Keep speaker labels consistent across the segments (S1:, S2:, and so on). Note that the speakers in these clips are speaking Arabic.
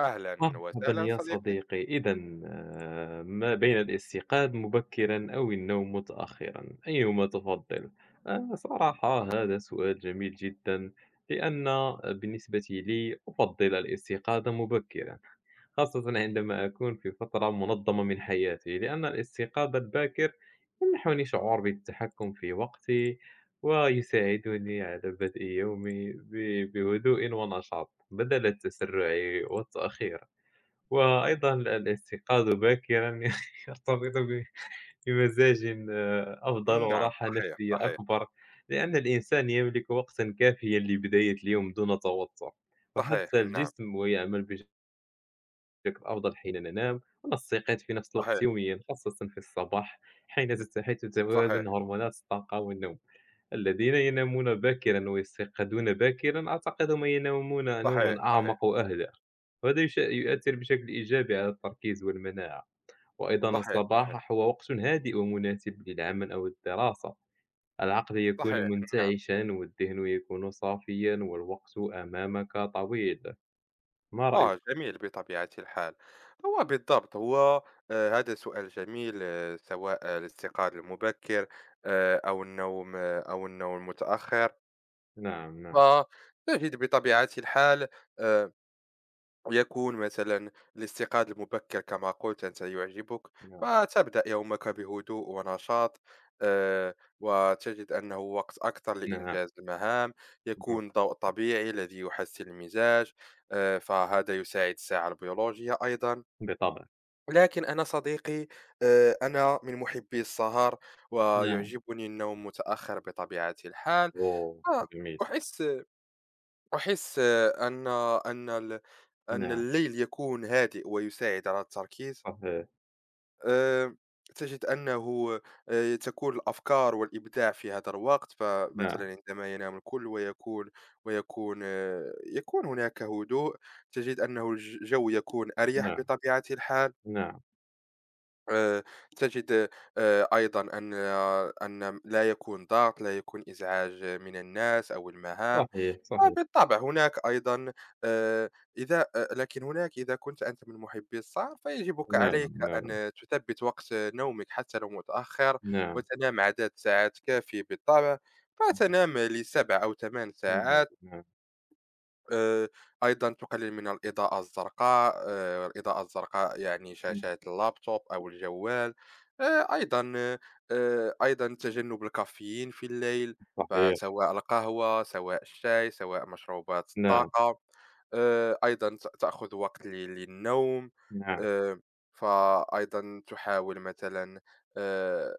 S1: أهلًا
S2: مرحبا
S1: وسهلًا
S2: يا
S1: صديقي.
S2: صديقي إذا ما بين الاستيقاظ مبكرا أو النوم متأخرا أيهما تفضل؟ صراحة هذا سؤال جميل جدا لأن بالنسبة لي أفضل الاستيقاظ مبكرا خاصة عندما أكون في فترة منظمة من حياتي لأن الاستيقاظ الباكر يمنحني شعور بالتحكم في وقتي ويساعدني على بدء يومي بهدوء ونشاط بدل التسرع والتأخير وأيضًا الاستيقاظ باكرًا يرتبط بمزاج أفضل
S1: نعم،
S2: وراحة
S1: صحيح،
S2: نفسية
S1: صحيح،
S2: أكبر، لأن الإنسان يملك وقتًا كافيًا لبداية اليوم دون توتر،
S1: صحيح،
S2: وحتى
S1: نعم،
S2: الجسم يعمل بشكل أفضل حين ننام، ونستيقظ في نفس الوقت
S1: صحيح،
S2: يوميًا، خاصةً في الصباح حين تت حيث تتوازن
S1: صحيح،
S2: هرمونات الطاقة والنوم. الذين ينامون باكرًا ويستيقظون باكرًا، أعتقد هم ينامون
S1: صحيح،
S2: نومًا
S1: صحيح،
S2: أعمق وأهدى، وهذا يؤثر بشكل إيجابي على التركيز والمناعة، وأيضًا
S1: صحيح، صحيح،
S2: الصباح هو وقت هادئ ومناسب للعمل أو الدراسة، العقل يكون
S1: صحيح، نعم.
S2: منتعشًا والذهن يكون صافيًا والوقت أمامك طويل، ما رأيك؟
S1: جميل بطبيعة الحال. هو بالضبط، هو هذا سؤال جميل آه سواء الاستيقاظ المبكر أو النوم آه أو النوم المتأخر،
S2: نعم، نعم،
S1: فتجد بطبيعة الحال. آآ يكون مثلا الاستيقاظ المبكر كما قلت أنت يعجبك،
S2: نعم،
S1: فتبدأ يومك بهدوء ونشاط، آه، وتجد أنه وقت أكثر
S2: نعم،
S1: لإنجاز المهام،
S2: نعم،
S1: يكون ضوء طبيعي الذي يحسن المزاج. فهذا يساعد الساعة البيولوجية أيضا.
S2: بالطبع،
S1: لكن أنا صديقي، أنا من محبي السهر
S2: نعم،
S1: ويعجبني النوم متأخر بطبيعة الحال.
S2: أوه!
S1: آه،
S2: جميل،
S1: أحس أحس أن أن ال- أن
S2: نعم،
S1: الليل يكون هادئ ويساعد على التركيز.
S2: صحيح،
S1: أم، تجد أنه تكون الأفكار والإبداع في هذا الوقت، فمثلا
S2: نعم،
S1: عندما ينام الكل ويكون ويكون أه، يكون هناك هدوء، تجد أنه الجو يكون أريح
S2: نعم،
S1: بطبيعة الحال.
S2: نعم،
S1: أه، تجد أيضا أن لا يكون ضغط، لا يكون إزعاج من الناس أو المهام.
S2: صحيح،
S1: آه
S2: صحيح،
S1: بالطبع هناك أيضًا، آآ إذا أ لكن هناك إذا كنت أنت من محبّي السهر فيجبك
S2: نعم،
S1: عليك
S2: نعم.
S1: أن تثبِّت وقت نومك حتى لو متأخّر،
S2: نعم،
S1: وتنام عدد ساعات كافي بالطبع، فتنام ل7 أو 8
S2: نعم،
S1: ساعات.
S2: نعم،
S1: آآ، أيضًا تقلل من الإضاءة الزرقاء، الإضاءة الزرقاء يعني
S2: نعم،
S1: شاشات اللابتوب أو الجوال. آآ، أيضًا أيضًا تجنب الكافيين في الليل،
S2: صحيح،
S1: فسواء القهوة، سواء الشاي، سواء مشروبات
S2: نعم،
S1: الطاقة. أيضًا تأخذ وقت للنوم.
S2: نعم،
S1: آآ، فأيضًا تحاول مثلًا، آآ،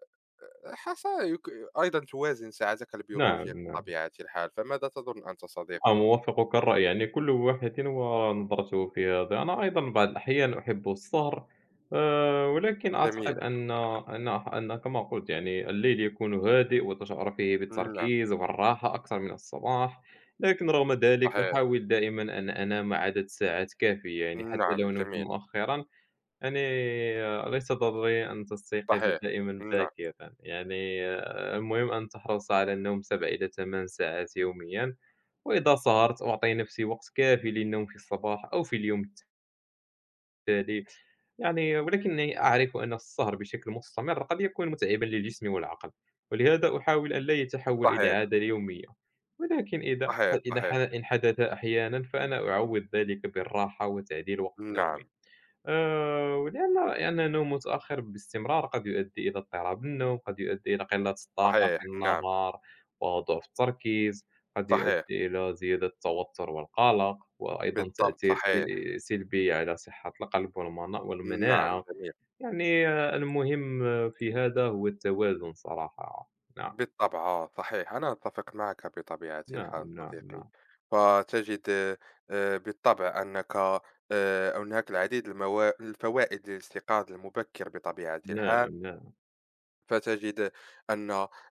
S1: حسب يك أيضًا توازن ساعتك
S2: نعم،
S1: البيولوجية
S2: نعم، نعم،
S1: بطبيعة الحال، فماذا تظن أنت صديقي؟
S2: أوافقك الرأي، يعني كل واحد ونظرته في هذا، أنا أيضًا بعض الأحيان أحب السهر، ولكن
S1: جميل،
S2: أعتقد أن كما قلت يعني الليل يكون هادئ وتشعر فيه
S1: نعم.
S2: بالتركيز والراحة أكثر من الصباح، لكن رغم ذلك
S1: صحيح.
S2: أحاول دائمًا أن أنام عدد ساعات كافية، يعني حتى
S1: نعم،
S2: لو نمت
S1: جميل.
S2: مؤخرًا يعني ليس ضروري أن تستيقظ
S1: صحيح.
S2: دائمًا
S1: نعم.
S2: باكرًا، يعني المهم أن تحرص على النوم 7 إلى 8 ساعات يوميًا، وإذا سهرت أعطي نفسي وقت كافي للنوم في الصباح أو في اليوم التالي، يعني ولكني أعرف أن السهر بشكل مستمر قد يكون متعبًا للجسم والعقل، ولهذا أحاول أن لا يتحول إلى
S1: صحيح،
S2: عادة يومية، ولكن إذا
S1: صحيح،
S2: إذا ح
S1: صحيح.
S2: إن حدث أحيانًا فأنا أعوّض ذلك بالراحة وتعديل وقت نومي.
S1: نعم.
S2: ولأن لأن النوم متأخر باستمرار قد يؤدي إلى اضطراب النوم، قد يؤدي إلى قلة الطاقة
S1: صحيح،
S2: في
S1: نعم.
S2: النهار وضعف التركيز، قد
S1: صحيح.
S2: يؤدي إلى زيادة التوتر والقلق، وأيضًا
S1: بالضبط،
S2: تأثير
S1: صحيح.
S2: سلبي على صحة القلب
S1: نعم،
S2: والمناعة،
S1: جميل.
S2: يعني المهم في هذا هو التوازن صراحة. نعم،
S1: بالطبع آه، صحيح. أنا أتفق معك بطبيعة الحال
S2: نعم، نعم،
S1: صديقي.
S2: نعم،
S1: فتجد بالطبع أنك، هناك العديد الفوائد للاستيقاظ المبكر بطبيعة الحال.
S2: نعم، نعم،
S1: فتجد أن،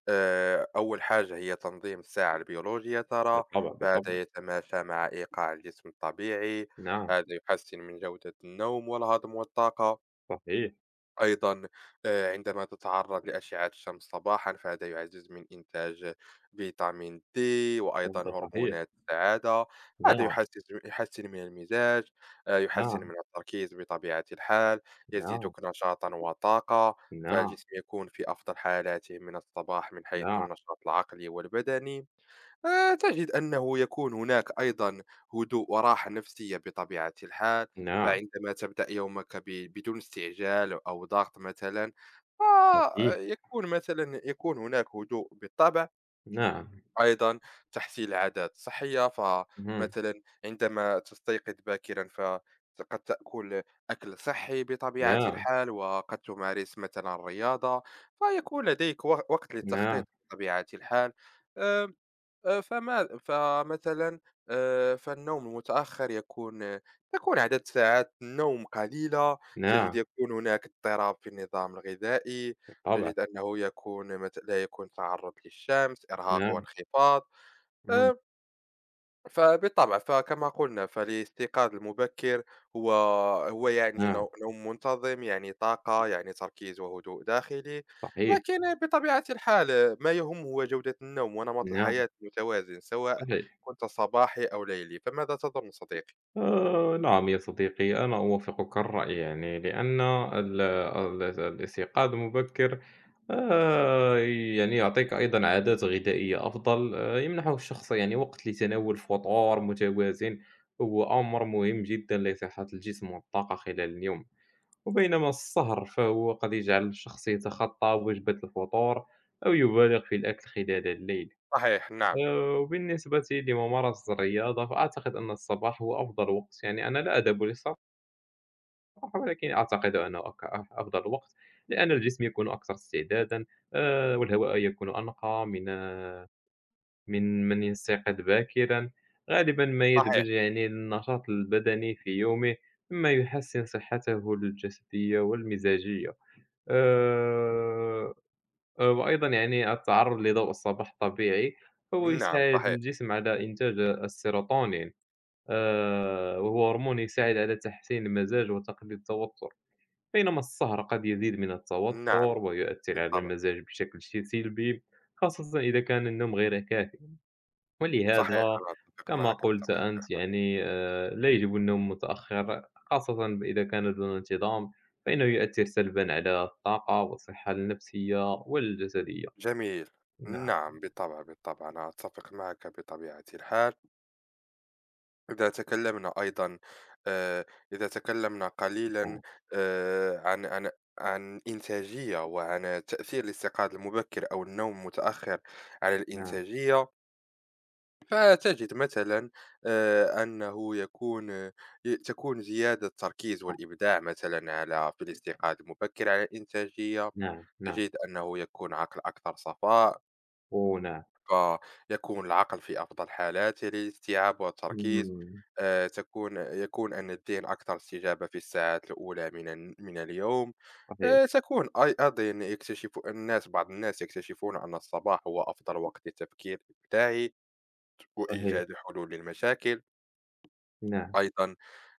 S1: أول حاجة هي تنظيم الساعة البيولوجية ترى،
S2: بالطبع، بالطبع،
S1: فهذا يتماشى مع إيقاع الجسم الطبيعي،
S2: نعم،
S1: هذا يحسن من جودة النوم والهضم والطاقة.
S2: صحيح،
S1: أيضًا عندما تتعرّض لأشعة الشمس صباحًا فهذا يعزّز من إنتاج فيتامين D وأيضًا
S2: هذا صحيح،
S1: هرمونات السعادة، هذا
S2: نعم،
S1: يحسّن من المزاج، يحسّن
S2: نعم،
S1: من التركيز بطبيعة الحال،
S2: نعم،
S1: يزيدك نشاطًا وطاقة،
S2: نعم،
S1: فالجسم يكون في أفضل حالاته من الصباح من حيث
S2: نعم.
S1: النشاط العقلي والبدني. تجد أنه يكون هناك أيضا هدوء وراحة نفسية بطبيعة الحال،
S2: نعم،
S1: فعندما تبدأ يومك بدون استعجال أو ضغط مثلا،
S2: صحيح،
S1: فيكون مثلا يكون هناك هدوء بالطبع.
S2: نعم،
S1: أيضا تحصيل عادات صحية،
S2: اهم،
S1: فمثلا عندما تستيقظ باكرا قد تأكل أكل صحي بطبيعة
S2: نعم،
S1: الحال، وقد تمارس مثلا الرياضة، فيكون لديك وقت
S2: نعم،
S1: للتخطيط بطبيعة الحال. أم فمثلًا، فالنوم المتأخر يكون، تكون عدد ساعات النوم قليلة، تجد
S2: نعم،
S1: يكون هناك اضطراب في النظام الغذائي،
S2: بالطبع،
S1: تجد أنه يكون لا يكون تعرض للشمس، إرهاق
S2: نعم،
S1: وانخفاض.
S2: اهم،
S1: آآ فبالطبع، فكما قُلنا فالاستيقاظ المبكر هو هو يعني
S2: نعم،
S1: نوم منتظم، يعني طاقة، يعني تركيز وهدوء داخلي،
S2: صحيح،
S1: لكن بطبيعة الحال ما يهم هو جودة النوم ونمط
S2: نعم،
S1: الحياة المتوازن، سواء
S2: صحيح.
S1: كنت صباحي أو ليلي، فماذا تظن صديقي؟
S2: نعم يا صديقي، أنا أوافقك الرأي يعني، لأن ال ال الاستيقاظ مبكر آآ يعني يعطيك أيضًا عادات غذائية أفضل، يمنحه الشخص يعني وقت لتناول فطور متوازن، هو أمر مهم جدًا لصحة الجسم والطاقة خلال اليوم. وبينما السهر فهو قد يجعل الشخص يتخطى وجبة الفطور أو يبالغ في الأكل خلال الليل
S1: صحيح، نعم،
S2: وبالنسبة لممارسة الرياضة فأعتقد أن الصباح هو أفضل وقت يعني أنا لا أذهب للصباح ولكن أعتقد أنه أفضل وقت لأن الجسم يكون أكثر استعدادا والهواء يكون أنقى من يستيقظ باكرا غالبا ما يدمج
S1: صحيح،
S2: يعني النشاط البدني في يومه مما يحسن صحته الجسدية والمزاجية آآ، وأيضًا يعني التعرُّض لضوء الصباح طبيعي، فهو
S1: نعم،
S2: يساعد
S1: صحيح،
S2: الجسم على إنتاج السيروتونين، وهو هرمون يساعد على تحسين المزاج وتقليل التوتر، بينما السهر قد يزيد من التوتر
S1: نعم،
S2: ويؤثر على
S1: بالطبع،
S2: المزاج بشكل سلبي، خاصةً إذا كان النوم غير كافٍ.
S1: صحيح،
S2: ولهذا
S1: أنا أتفق
S2: كما
S1: معك
S2: قُلت
S1: بطبيعة
S2: أنت
S1: الحال،
S2: يعني لا يجب النوم متأخر خاصةً إذا كان دون انتظام، فإنه يؤثر سلبًا على الطاقة والصحة النفسية والجسدية.
S1: جميل،
S2: نعم،
S1: نعم، بالطبع، بالطبع، أنا أتفق معك بطبيعة الحال. إذا تكلمنا أيضًا، آآ، إذا تكلمنا قليلًا،
S2: نعم،
S1: عن عن الإنتاجية وعن تأثير الاستيقاظ المبكر أو النوم المتأخر على
S2: نعم،
S1: الإنتاجية، فتجد مثلًا، أنه يكون، آه، ي تكون زيادة التركيز
S2: نعم،
S1: والإبداع مثلًا في الاستيقاظ المبكر على الإنتاجية،
S2: نعم، نعم،
S1: تجد أنه يكون عقل أكثر صفاء.
S2: أوه نعم،
S1: فيكون العقل في أفضل حالاته للاستيعاب والتركيز.
S2: إمم،
S1: آه، تكون يكون أن الذهن أكثر استجابة في الساعات الأولى من اليوم.
S2: صحيح،
S1: أيضا يكتشف الناس بعض الناس يكتشفون أن الصباح هو أفضل وقت للتفكير الإبداعي
S2: صحيح،
S1: وإيجاد حلول للمشاكل.
S2: نعم،
S1: أيضًا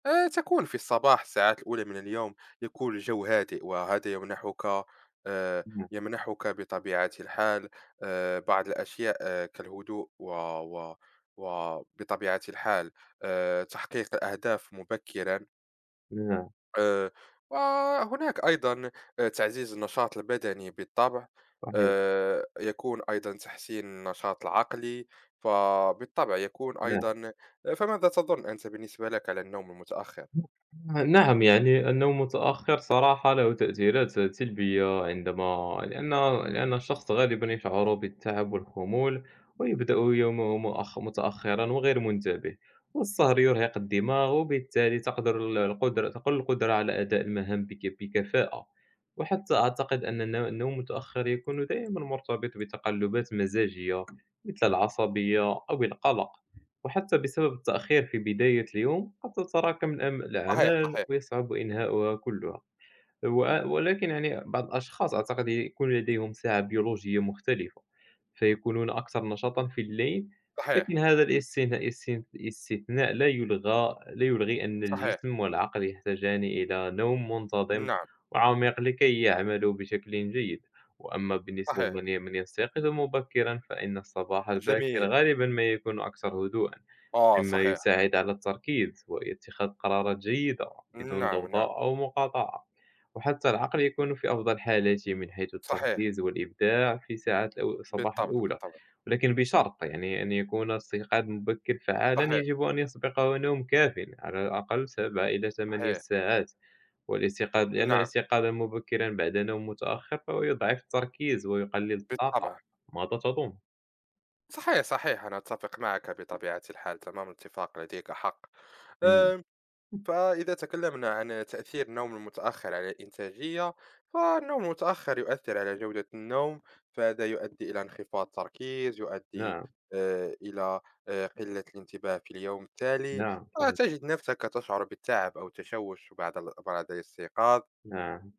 S1: تكون في الصباح الساعات الأولى من اليوم يكون الجو هادئ، وهذا يمنحك، آآ
S2: نعم،
S1: يمنحك بطبيعة الحال، بعض الأشياء كالهدوء و و وبطبيعة الحال، تحقيق الأهداف مبكرًا.
S2: نعم،
S1: آآ، وهناك أيضًا، تعزيز النشاط البدني بالطبع،
S2: صحيح،
S1: يكون أيضًا تحسين النشاط العقلي، فبالطبع يكون
S2: نعم.
S1: أيضًا. فماذا تظن أنت بالنسبة لك على النوم المتأخر؟
S2: نعم، يعني النوم متأخر صراحة له تأثيرات سلبية عندما لأن لأن الشخص غالبا يشعر بالتعب والخمول ويبدأ يومه متأخرا وغير منتبه والسهر يرهق الدماغ وبالتالي تقدر ال- القدرة تقل القدرة على أداء المهام بكفاءة وحتى أعتقد أن النوم المتأخر يكون دائما مرتبط بتقلبات مزاجية مثل العصبية أو القلق وحتى بسبب التأخير في بداية اليوم قد تتراكم
S1: صحيح،
S2: الأعمال
S1: صحيح،
S2: ويصعب إنهاؤها كلها ولكن يعني بعض الأشخاص أعتقد يكون لديهم ساعة بيولوجية مختلفة فيكونون أكثر نشاطا في الليل لكن
S1: صحيح،
S2: هذا الاستثناء لا يلغي أن
S1: صحيح،
S2: الجسم والعقل يحتاجان إلى نوم منتظم
S1: نعم،
S2: وعميق لكي يعملوا بشكل جيد وأما بالنسبة
S1: صحيح،
S2: لمن من يستيقظ مبكرا فإن الصباح الباكر
S1: جميل،
S2: غالبا ما يكون أكثر هدوءا
S1: آه
S2: مما
S1: صحيح،
S2: يساعد على التركيز واتخاذ قرارات جيدة بدون
S1: نعم، نعم،
S2: ضوضاء أو مقاطعة وحتى العقل يكون في أفضل حالاته من حيث
S1: صحيح،
S2: التركيز والإبداع في ساعات الصباح
S1: بالطبع،
S2: الأولى
S1: بالطبع،
S2: ولكن بشرط يعني أن يكون الاستيقاظ مبكر فعالا
S1: صحيح،
S2: يجب أن يسبقه نوم كاف على الأقل 7 إلى 8
S1: صحيح،
S2: ساعات والاستيقاظ لأن
S1: نعم،
S2: الاستيقاظ مبكرا بعد نوم متأخر فهو يضعف التركيز ويقلل الطاقة.
S1: بالطبع،
S2: ماذا تظن؟
S1: صحيح، صحيح، أنا أتفق معك بطبيعة الحال، تمام الاتفاق، لديك حق.
S2: مم.
S1: آآ فإذا تكلمنا عن تأثير النوم المتأخر على الإنتاجية، فالنوم المتأخر يؤثر على جودة النوم، فهذا يؤدي إلى انخفاض تركيز، يؤدي
S2: نعم،
S1: إلى قلة الانتباه في اليوم التالي،
S2: نعم، صحيح،
S1: وتجد نفسك تشعر بالتعب أو التشوش بعد الاستيقاظ.
S2: نعم،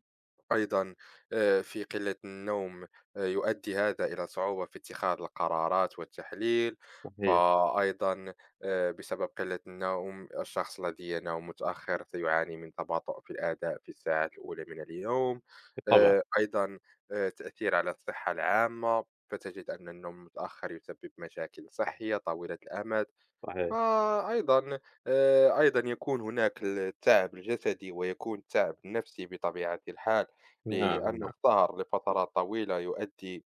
S1: أيضًا في قِلّة النوم، يؤدّي هذا إلى صعوبة في اتخاذ القرارات والتحليل،
S2: صحيح،
S1: فأيضًا بسبب قِلّة النوم الشخص الذي ينام متأخر سيعاني من تباطؤ في الأداء في الساعات الأولى من اليوم.
S2: بالطبع،
S1: أيضًا تأثير على الصحة العامة، فتجد أن النوم المتأخر يسبب مشاكل صحية طويلة الأمد.
S2: صحيح.
S1: فأيضًا، أيضًا يكون هناك التعب الجسدي ويكون التعب النفسي بطبيعة الحال،
S2: نعم،
S1: لأن
S2: نعم،
S1: السهر لفترات طويلة يؤدي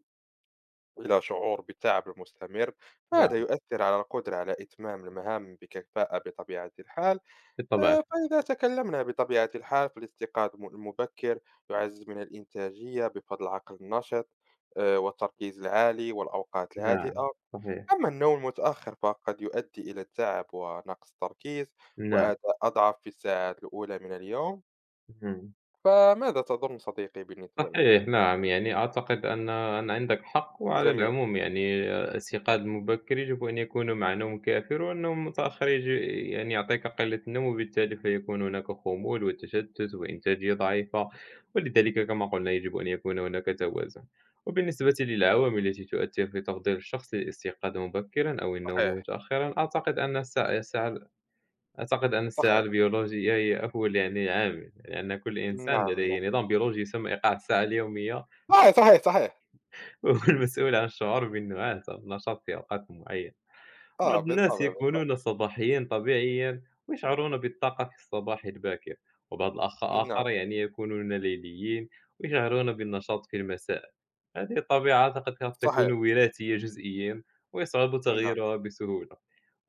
S1: إلى شعور بالتعب المستمر،
S2: نعم،
S1: فهذا يؤثر على القدرة على إتمام المهام بكفاءة بطبيعة الحال.
S2: بالطبع،
S1: فإذا تكلمنا بطبيعة الحال فالاستيقاظ المبكر يعزز من الإنتاجية بفضل العقل النشط، والتركيز العالي والأوقات
S2: نعم،
S1: الهادئة.
S2: صحيح،
S1: أما النوم المتأخر فقد يؤدي إلى تعب ونقص تركيز
S2: نعم،
S1: وأداء أضعف في الساعات الأولى من اليوم.
S2: إمم،
S1: فماذا تظن صديقي بالنسبة لك؟
S2: صحيح، نعم، يعني أعتقد أن عندك حق، وعلى
S1: جميل،
S2: العموم يعني الاستيقاظ مبكر يجب أن يكون مع نوم كافٍ، والنوم متأخر يعني يعطيك قلة النوم، وبالتالي فيكون هناك خمول وتشتت وإنتاجية ضعيفة، ولذلك كما قلنا يجب أن يكون هناك توازن. وبالنسبة للعوامل التي تؤثر في تفضيل الشخص للاستيقاظ مبكرًا أو النوم
S1: صحيح،
S2: متأخرًا، أعتقد أن الساعة
S1: صحيح،
S2: البيولوجية هي أول يعني عامل، لأن كل
S1: نعم،
S2: إنسان
S1: نعم،
S2: لديه نظام بيولوجي يسمى إيقاع الساعة اليومية،
S1: صحيح، صحيح، صحيح،
S2: وهو المسؤول عن الشعور بالنعاس أو النشاط في أوقات معينة. بعض
S1: آه
S2: الناس
S1: بالطبع،
S2: يكونون
S1: بالطبع،
S2: صباحيين طبيعيا ويشعرون بالطاقة في الصباح الباكر، وبعض
S1: نعم،
S2: آخر يعني يكونون ليليين ويشعرون بالنشاط في المساء. هذه الطبيعة قد تكون
S1: صحيح،
S2: وراثية جزئيًا، ويصعب
S1: نعم،
S2: تغييرها بسهولة.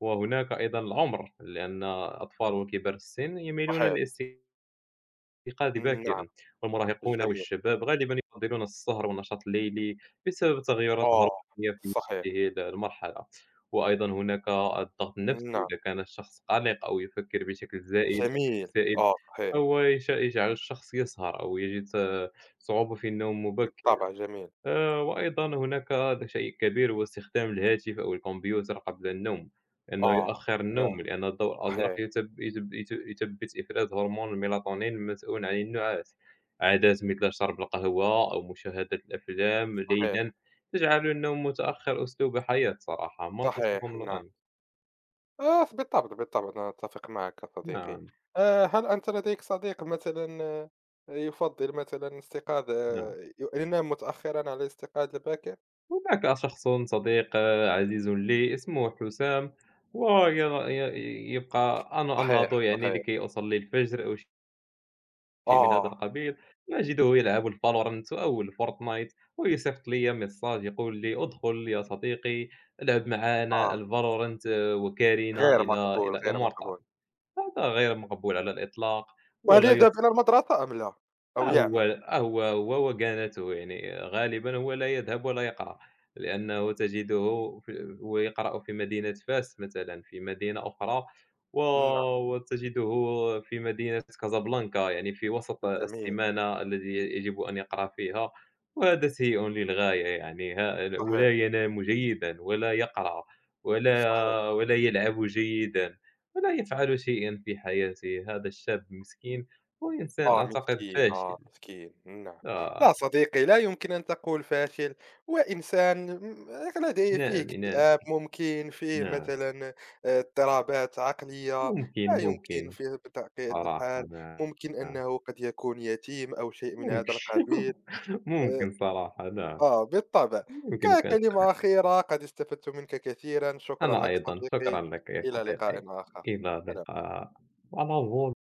S2: وهناك أيضًا العمر، لأن الأطفال وكبار السن يميلون
S1: صحيح،
S2: للاستيقاظ
S1: نعم،
S2: باكرًا، والمراهقون
S1: جميل،
S2: والشباب غالبًا يفضلون السهر والنشاط الليلي بسبب تغيرات
S1: آه
S2: هرمونية في
S1: صحيح،
S2: هذه المرحلة. وأيضًا هناك الضغط النفسي،
S1: نعم،
S2: إذا كان الشخص قلق أو يفكر بشكل زائد أو
S1: جميل،
S2: مكتئب،
S1: آه صحيح،
S2: أو يجعل الشخص يسهر أو يجد صعوبة في النوم مبكرًا.
S1: بالطبع، جميل،
S2: وأيضًا هناك شيء كبير هو استخدام الهاتف أو الكمبيوتر قبل النوم، لأنه
S1: آه
S2: يؤخر
S1: ما-
S2: النوم، لأن الضوء الأزرق
S1: صحيح،
S2: يثبِّت إفراز هرمون الميلاتونين المسؤول عن النعاس. عادات مثل شرب القهوة أو مشاهدة الأفلام
S1: صحيح،
S2: ليلًا تجعل النوم متأخر أسلوب حياة صراحة، ماذا
S1: صحيح،
S2: تظن
S1: نعم،
S2: أنت؟
S1: آه، ف بالطبع، بالطبع، أنا أتفق معك يا صديقي.
S2: نعم،
S1: هل أنت لديك صديق مثلًا، يفضّل مثلًا استيقاظ
S2: نعم.
S1: ي ينام متأخرًا على الاستيقاظ الباكر؟
S2: هناك شخص صديق عزيز لي اسمه حسام، هو ي ي يبقى أنا
S1: صحيح،
S2: أنهض يعني
S1: صحيح.
S2: لكي أصلي الفجر أو شيء من هذا
S1: آه،
S2: القبيل، أجده يلعب الValorant أو الFortnite ويصيفط لي ميساج يقول لي: "ادخل يا صديقي، العب معنا
S1: آه،
S2: الValorant وكارنا
S1: غير
S2: إلى
S1: مقبول،
S2: إلى
S1: غير
S2: Immortal".
S1: مقبول.
S2: هذا غير مقبول على الإطلاق
S1: وهل
S2: ولا
S1: يذهب
S2: يُس
S1: إلى المدرسة أم لا؟ أو
S2: آه هو
S1: يعمل؟
S2: آه هو هو وكنته، يعني غالبًا هو لا يذهب ولا يقرأ، لأنه تجده هو يقرأ في مدينة فاس مثلًا، في مدينة أخرى، و
S1: نعم،
S2: وتجده في مدينة كازابلانكا، يعني في وسط
S1: جميل،
S2: السمانة الذي يجب أن يقرأ فيها، وهذا سيء للغاية يعني ها
S1: صحيح،
S2: ولا ينام جيدًا ولا يقرأ
S1: صحيح.
S2: ولا يلعب جيدًا، ولا يفعل شيئًا في حياته، هذا الشاب المسكين هو إنسان
S1: آه
S2: أعتقد
S1: مسكين،
S2: فاشل،
S1: آه مسكين، نعم.
S2: آه،
S1: لا صديقي، لا يمكن أن تقول فاشل، هو إنسان لديه فيه
S2: نعم، نعم،
S1: اكتئاب ممكن، فيه
S2: نعم،
S1: مثلًا، اضطرابات عقلية،
S2: ممكن،
S1: لا يمكن
S2: ممكن
S1: فيه بطبيعة
S2: صراحة
S1: الحال،
S2: نعم،
S1: ممكن أنه قد يكون يتيم أو شيء من
S2: ممكن
S1: هذا القبيل. آآ
S2: ممكن صراحة نعم،
S1: بالطبع.
S2: يمكنك أن
S1: ككلمة
S2: ت
S1: أخيرة قد استفدت منك كثيرًا، شكرًا
S2: أنا
S1: لك
S2: أيضًا، شكرًا
S1: صديقي،
S2: لك يا
S1: إلى
S2: صديقي،
S1: لقاء آخر.
S2: إلى
S1: سلام.
S2: اللقاء، على ضوء